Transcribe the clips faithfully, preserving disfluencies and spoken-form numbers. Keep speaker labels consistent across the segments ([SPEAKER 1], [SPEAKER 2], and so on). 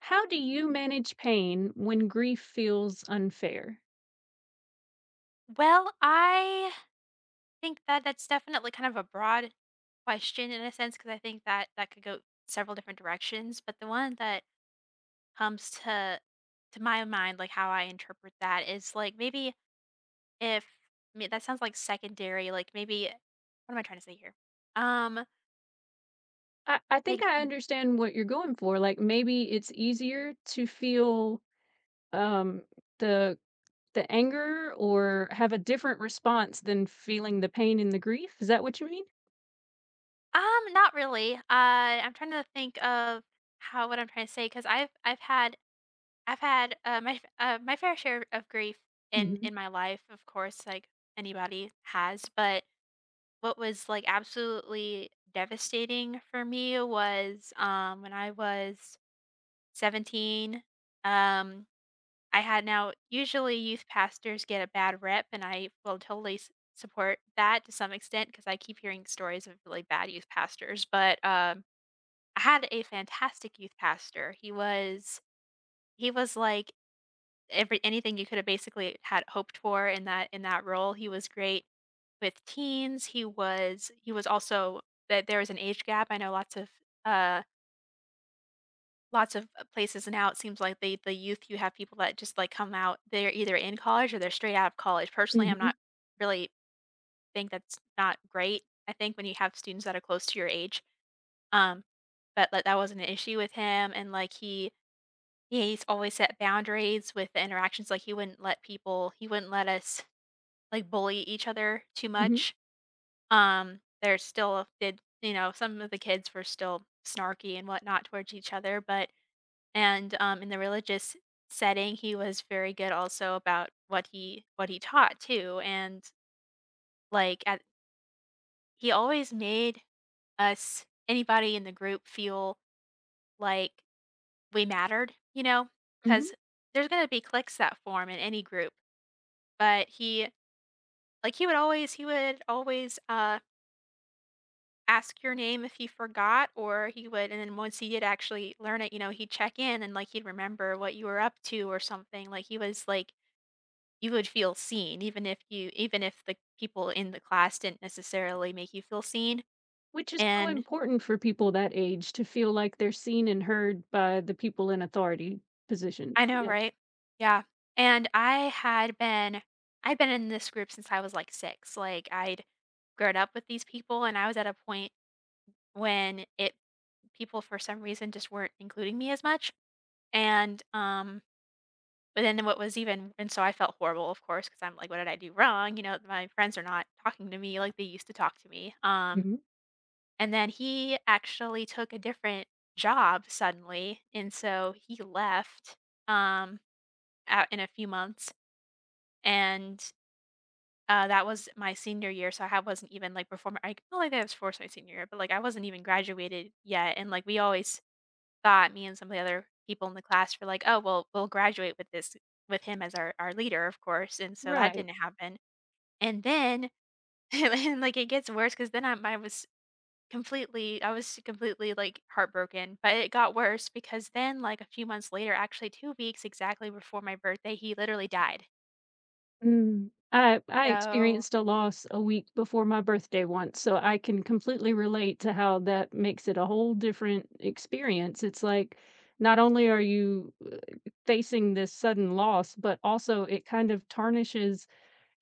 [SPEAKER 1] How do you manage pain when grief feels unfair?
[SPEAKER 2] Well, I think that that's definitely kind of a broad question in a sense because I think that that could go several different directions, but the one that comes to to my mind, like how I interpret that is like maybe if I that sounds like secondary, like maybe what am I trying to say here? Um
[SPEAKER 1] I, I think
[SPEAKER 2] like
[SPEAKER 1] I understand what you're going for. Like maybe it's easier to feel um, the the anger or have a different response than feeling the pain and the grief. Is that what you mean?
[SPEAKER 2] um not really. Uh I'm trying to think of how what I'm trying to say because I've I've had I've had, uh, my f uh, my fair share of grief in
[SPEAKER 1] Hmm.
[SPEAKER 2] in my life, of course, like anybody has, but what was, like, absolutely devastating for me was, um, when I was seventeen, um, I had now usually youth pastors get a bad rep, and I will totally s support that to some extent because I keep hearing stories of really bad youth pastors, but, um, I had a fantastic youth pastor. He was he was, like, every anything you could have basically had hoped for in that in that role. He was great with teens. He was he was also that there was an age gap. I know lots of uh lots of uh, places now it seems like the the youth you have people that just like come out, they're either in college or they're straight out of college. Personally, I'm
[SPEAKER 1] Hmm.
[SPEAKER 2] not really think that's not great. I think when you have students that are close to your age, um, but like, that wasn't an issue with him, and like he he's always set boundaries with the interactions. Like he wouldn't let people, he wouldn't let us, like, bully each other too
[SPEAKER 1] Hmm.
[SPEAKER 2] much. Um, they're still did you know, some of the kids were still snarky and whatnot towards each other, but and, um, in the religious setting, he was very good also about what he what he taught too, and, like, at he always made us anybody in the group feel like we mattered, you know,
[SPEAKER 1] Hmm.
[SPEAKER 2] because there's gonna be cliques that form in any group, but he, like, he would always he would always, uh ask your name if he forgot, or he would, and then once he did actually learn it, you know, he'd check in and, like, he'd remember what you were up to or something, like, he was like you would feel seen, even if you even if the people in the class didn't necessarily make you feel seen,
[SPEAKER 1] Which is so
[SPEAKER 2] and
[SPEAKER 1] important for people that age to feel like they're seen and heard by the people in authority positions.
[SPEAKER 2] I know,
[SPEAKER 1] Yeah.
[SPEAKER 2] right? Yeah, and I had been I'd been in this group since I was, like, six, like, I'd grown up with these people, and I was at a point when it people for some reason just weren't including me as much, and, um but then what was even and so I felt horrible, of course, because 'cause I'm like, "What did I do wrong?" You know, my friends are not talking to me like they used to talk to me. Um,
[SPEAKER 1] Hmm.
[SPEAKER 2] and then he actually took a different job suddenly, and so he left, um, out in a few months, and, uh, that was my senior year, so I ha- wasn't even, like, performing I felt like I was forced my senior year, but, like, I wasn't even graduated yet, and, like, we always thought me and some of the other people in the class were like, "Oh, well, we'll graduate with this with him as our our leader, of course," and so that
[SPEAKER 1] Right.
[SPEAKER 2] didn't happen. And then and, like, it gets worse because then I I was completely I was completely, like, heartbroken, but it got worse because then, like, a few months later, actually two weeks exactly before my birthday, he literally died.
[SPEAKER 1] Mm. I I
[SPEAKER 2] So
[SPEAKER 1] experienced a loss a week before my birthday once, so I can completely relate to how that makes it a whole different experience. It's like not only are you uh, facing this sudden loss, but also it kind of tarnishes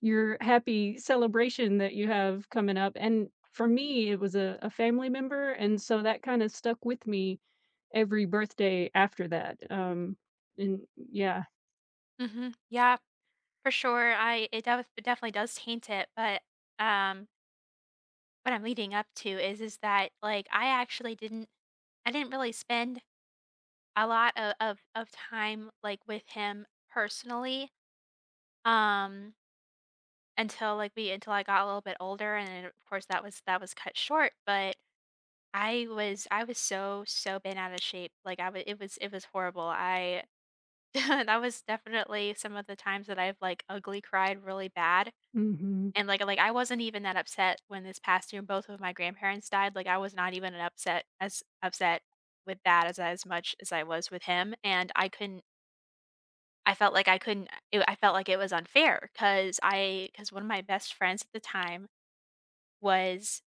[SPEAKER 1] your happy celebration that you have coming up. And for me, it was a, a family member, and so that kind of stuck with me every birthday after that. Um, and yeah.
[SPEAKER 2] mhm. Yeah, for sure. I it def it definitely does taint it, but, um, what I'm leading up to is is that, like, I actually didn't I didn't really spend a lot of of of time, like, with him personally, um, until, like, we until I got a little bit older, and then, of course, that was that was cut short, but I was I was so, so bent out of shape, like, I was. It was it was horrible, I that was definitely some of the times that I've, like, ugly cried really bad,
[SPEAKER 1] Hmm.
[SPEAKER 2] and, like like, I wasn't even that upset when this past year both of my grandparents died, like, I was not even an upset as upset with that as as much as I was with him, and I couldn't I felt like I couldn't it I felt like it was unfair because I because one of my best friends at the time was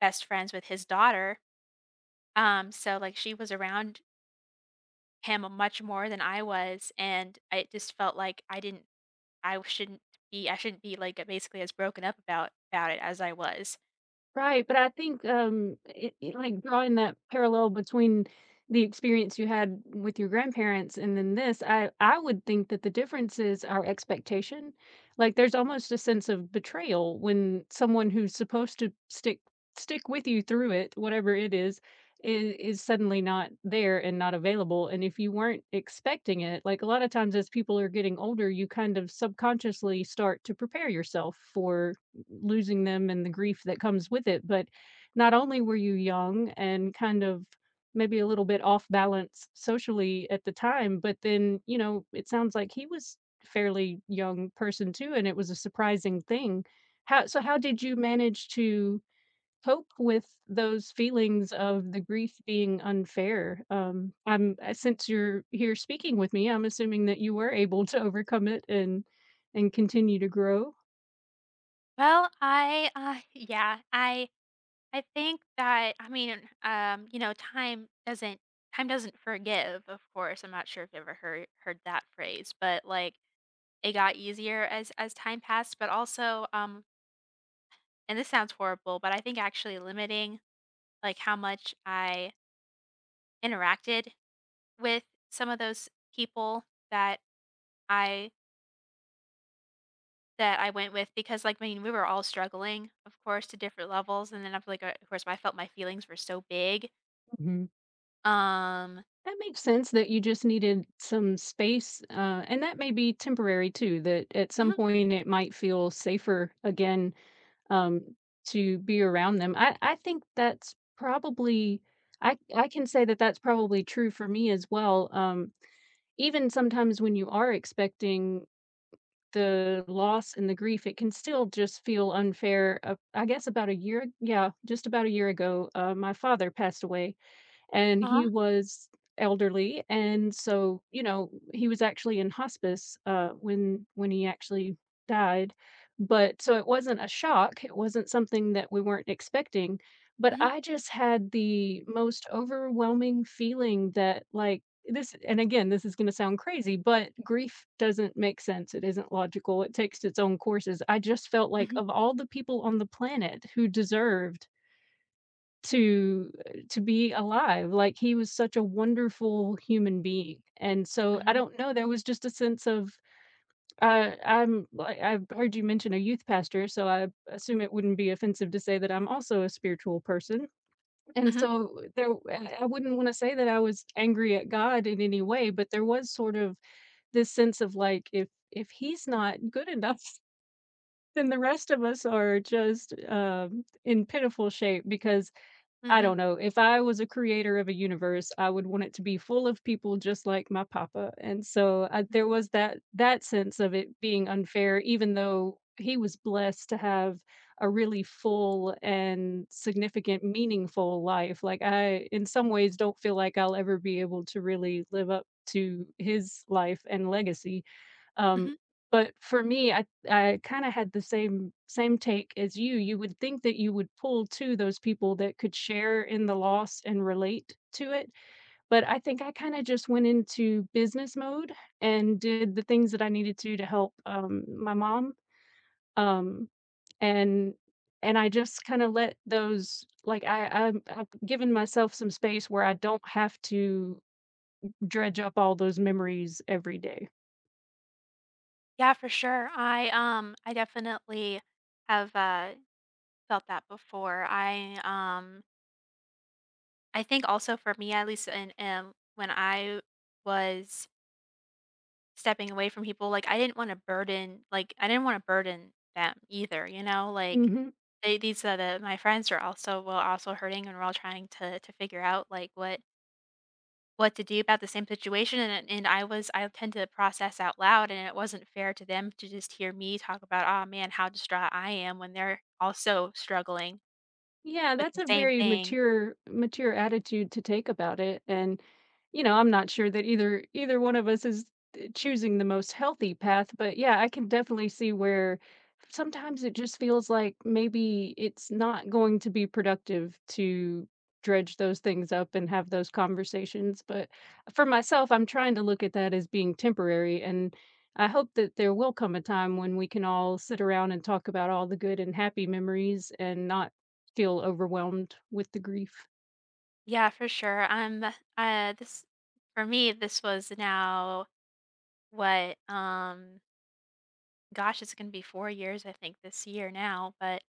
[SPEAKER 2] best friends with his daughter, um, so, like, she was around him much more than I was, and I just felt like I didn't I shouldn't be I shouldn't be, like, basically as broken up about about it as I was.
[SPEAKER 1] Right, but I think, um, it it like, drawing that parallel between the experience you had with your grandparents and then this, I I would think that the difference is our expectation. Like, there's almost a sense of betrayal when someone who's supposed to stick stick with you through it, whatever it is, I is suddenly not there and not available, and if you weren't expecting it like, a lot of times as people are getting older, you kind of subconsciously start to prepare yourself for losing them and the grief that comes with it. But not only were you young and kind of maybe a little bit off balance socially at the time, but then, you know, it sounds like he was fairly young person too, and it was a surprising thing. How so how did you manage to cope with those feelings of the grief being unfair? Um, I'm uh, Since you're here speaking with me, I'm assuming that you were able to overcome it and and continue to grow.
[SPEAKER 2] Well, I, uh yeah, I I think that I mean, um, you know, time doesn't time doesn't forgive, of course, I'm not sure if you ever heard heard that phrase, but, like, it got easier as as time passed, but also, um and this sounds horrible, but I think actually limiting, like, how much I interacted with some of those people that I that I went with because, like, I mean, we were all struggling, of course, to different levels, and then I feel like, uh, of course, I felt my feelings were so big. Um.
[SPEAKER 1] That makes sense that you just needed some space, uh, and that may be temporary too, that at some
[SPEAKER 2] Mhm,
[SPEAKER 1] point it might feel safer again um, to be around them. I, I think that's probably, I, I can say that that's probably true for me as well. Um, even sometimes when you are expecting the loss and the grief, it can still just feel unfair. Uh, I guess about a year, yeah, just about a year ago, uh, my father passed away and he
[SPEAKER 2] uh-huh,
[SPEAKER 1] was elderly, and so, you know, he was actually in hospice, uh, when when he actually died, but so it wasn't a shock, it wasn't something that we weren't expecting, but
[SPEAKER 2] mhm,
[SPEAKER 1] I just had the most overwhelming feeling that, like, this and again, this is gonna sound crazy, but grief doesn't make sense, it isn't logical, it takes its own courses. I just felt like
[SPEAKER 2] mhm,
[SPEAKER 1] of all the people on the planet who deserved to to be alive, like, he was such a wonderful human being, and so, I
[SPEAKER 2] mhm,
[SPEAKER 1] don't know, there was just a sense of, uh, I'm like, I've heard you mention a youth pastor, so I assume it wouldn't be offensive to say that I'm also a spiritual person, and
[SPEAKER 2] mhm,
[SPEAKER 1] so, there I I wouldn't wanna say that I was angry at God in any way, but there was sort of this sense of, like, if if he's not good enough, then the rest of us are just, um, in pitiful shape because I
[SPEAKER 2] mhm,
[SPEAKER 1] don't know. If I was a creator of a universe, I would want it to be full of people just like my papa, and so, uh, there
[SPEAKER 2] mhm,
[SPEAKER 1] was that that sense of it being unfair, even though he was blessed to have a really full and significant, meaningful life. Like, I, in some ways, don't feel like I'll ever be able to really live up to his life and legacy. Um,
[SPEAKER 2] mhm.
[SPEAKER 1] but for me, I I kinda had the same same take as you. You would think that you would pull to those people that could share in the loss and relate to it, but I think I kinda just went into business mode and did the things that I needed to to help, um, my mom, um, and and I just kinda let those like, I i I've given myself some space where I don't have to dredge up all those memories every day.
[SPEAKER 2] Yeah, for sure. I, um I definitely have, uh felt that before. I um I think also for me at least and um when I was stepping away from people, like I didn't want to burden like I didn't want to burden them either, you know, like
[SPEAKER 1] Mhm.
[SPEAKER 2] they, these are the my friends are also well also hurting and we're all trying to to figure out like what what to do about the same situation, and and I was I tend to process out loud, and it wasn't fair to them to just hear me talk about oh man how distraught I am when they're also struggling
[SPEAKER 1] Yeah,
[SPEAKER 2] with
[SPEAKER 1] that's
[SPEAKER 2] the
[SPEAKER 1] a
[SPEAKER 2] same
[SPEAKER 1] very
[SPEAKER 2] thing.
[SPEAKER 1] mature mature attitude to take about it, and, you know, I'm not sure that either either one of us is, eh, choosing the most healthy path, but yeah, I can definitely see where sometimes it just feels like maybe it's not going to be productive to dredge those things up and have those conversations, but for myself, I'm trying to look at that as being temporary, and I hope that there will come a time when we can all sit around and talk about all the good and happy memories and not feel overwhelmed with the grief.
[SPEAKER 2] Yeah, for sure. Um, uh, this for me, this was now what, um, gosh, it's gonna be four years, I think, this year now, but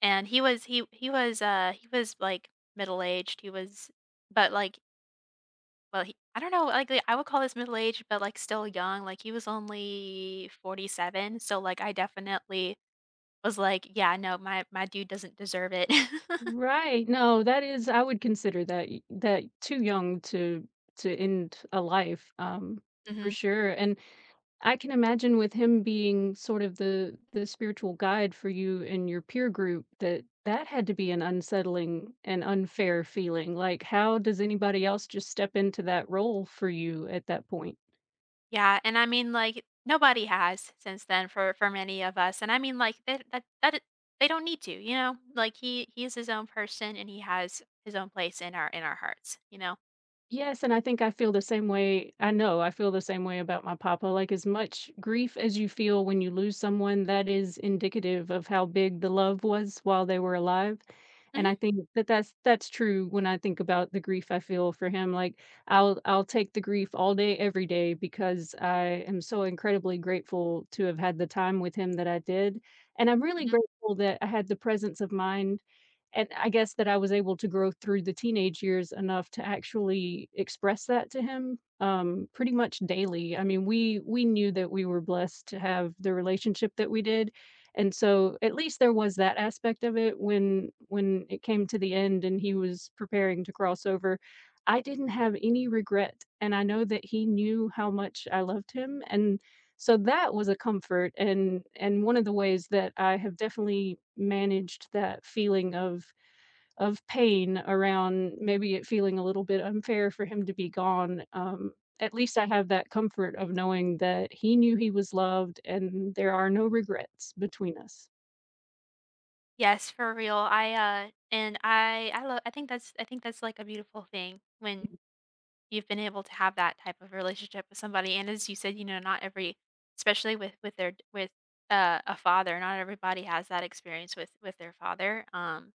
[SPEAKER 2] and he was he he was, uh, he was, like, middle-aged, he was but, like well, he I don't know, like, I would call this middle-aged, but, like, still young, like, he was only forty-seven, so, like, I definitely was like, "Yeah, no, my my dude doesn't deserve it."
[SPEAKER 1] Right, no, that is I would consider that y that too young to to end a life, um, for
[SPEAKER 2] Mhm.
[SPEAKER 1] sure, and I can imagine with him being sort of the the spiritual guide for you and your peer group that that had to be an unsettling and unfair feeling, like, how does anybody else just step into that role for you at that point?
[SPEAKER 2] Yeah, and I mean, like, nobody has since then for for many of us, and I mean, like, that that that it they don't need to, you know? Like, he he is his own person, and he has his own place in our in our hearts, you know?
[SPEAKER 1] Yes, and I think I feel the same way I know I feel the same way about my papa, like, as much grief as you feel when you lose someone, that is indicative of how big the love was while they were alive, and
[SPEAKER 2] Mhm,
[SPEAKER 1] I think that that's that's true when I think about the grief I feel for him, like, I'll I'll take the grief all day, every day because I am so incredibly grateful to have had the time with him that I did, and I'm really
[SPEAKER 2] mhm.
[SPEAKER 1] grateful that I had the presence of mind and I guess that I was able to grow through the teenage years enough to actually express that to him, um, pretty much daily. I mean, we we knew that we were blessed to have the relationship that we did, and so at least there was that aspect of it when when it came to the end and he was preparing to cross over. I didn't have any regret, and I know that he knew how much I loved him, and so that was a comfort and and one of the ways that I have definitely managed that feeling of of pain around maybe it feeling a little bit unfair for him to be gone, um, at least I have that comfort of knowing that he knew he was loved and there are no regrets between us.
[SPEAKER 2] Yes, for real, I, uh and I I love. I think that's I think that's, like, a beautiful thing when you've been able to have that type of relationship with somebody, and as you said, you know, not every especially with with their with, uh, a father, not everybody has that experience with with their father, um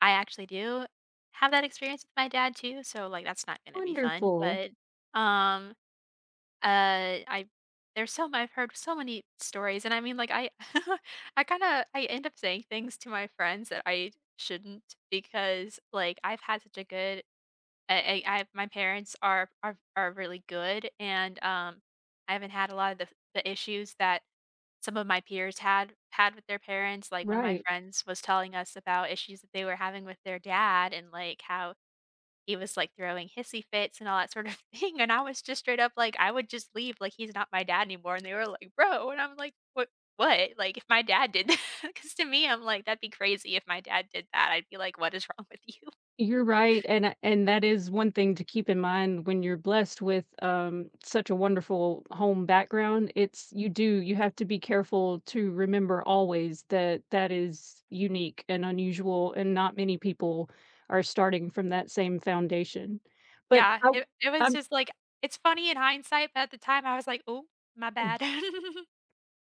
[SPEAKER 2] I actually do have that experience with my dad too, so, like, that's not gonna be fun,
[SPEAKER 1] Wonderful.
[SPEAKER 2] but, um, uh, I there's so m- I've heard so many stories, and I mean, like, I I kinda I end up saying things to my friends that I shouldn't because, like, I've had such a good I I I my parents are are are really good, and, um, I haven't had a lot of the the issues that some of my peers had had with their parents, like, one of my
[SPEAKER 1] Right.
[SPEAKER 2] friends was telling us about issues that they were having with their dad and, like, how he was, like, throwing hissy fits and all that sort of thing, and I was just straight up like, "I would just leave, like, he's not my dad anymore," and they were like, "Bro," and I'm like, "What what?" Like, if my dad did that? Because to me, I'm like, "That'd be crazy if my dad did that," I'd be like, "What is wrong with you?"
[SPEAKER 1] You're right, and I and that is one thing to keep in mind when you're blessed with, um, such a wonderful home background, it's you do you have to be careful to remember always that that is unique and unusual, and not many people are starting from that same foundation. But
[SPEAKER 2] Yeah,
[SPEAKER 1] I
[SPEAKER 2] it it was
[SPEAKER 1] I'm
[SPEAKER 2] just like it's funny in hindsight, but at the time, I was like, "Oh, my bad."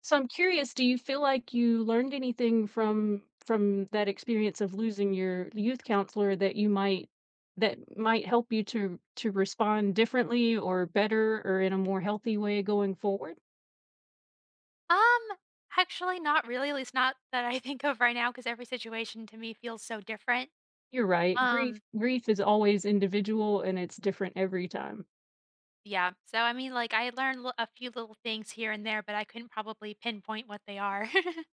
[SPEAKER 1] So I'm curious, do you feel like you learned anything from from that experience of losing your youth counselor that you might that might help you to to respond differently or better or in a more healthy way going forward?
[SPEAKER 2] Um, actually not really, at least not that I think of right now, because every situation to me feels so different.
[SPEAKER 1] You're right. Grief
[SPEAKER 2] Um,
[SPEAKER 1] grief is always individual and it's different every time.
[SPEAKER 2] yeah, so I mean, like, I learned l a few little things here and there, but I couldn't probably pinpoint what they are.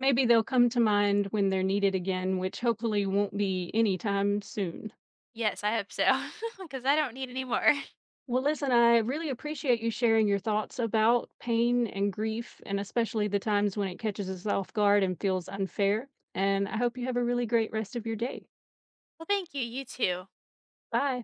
[SPEAKER 1] Maybe they'll come to mind when they're needed again, which hopefully won't be anytime soon.
[SPEAKER 2] Yes, I hope so, because I don't need any more.
[SPEAKER 1] Well, listen, I really appreciate you sharing your thoughts about pain and grief, and especially the times when it catches us off guard and feels unfair. And I hope you have a really great rest of your day.
[SPEAKER 2] Well, thank you, you too.
[SPEAKER 1] Bye.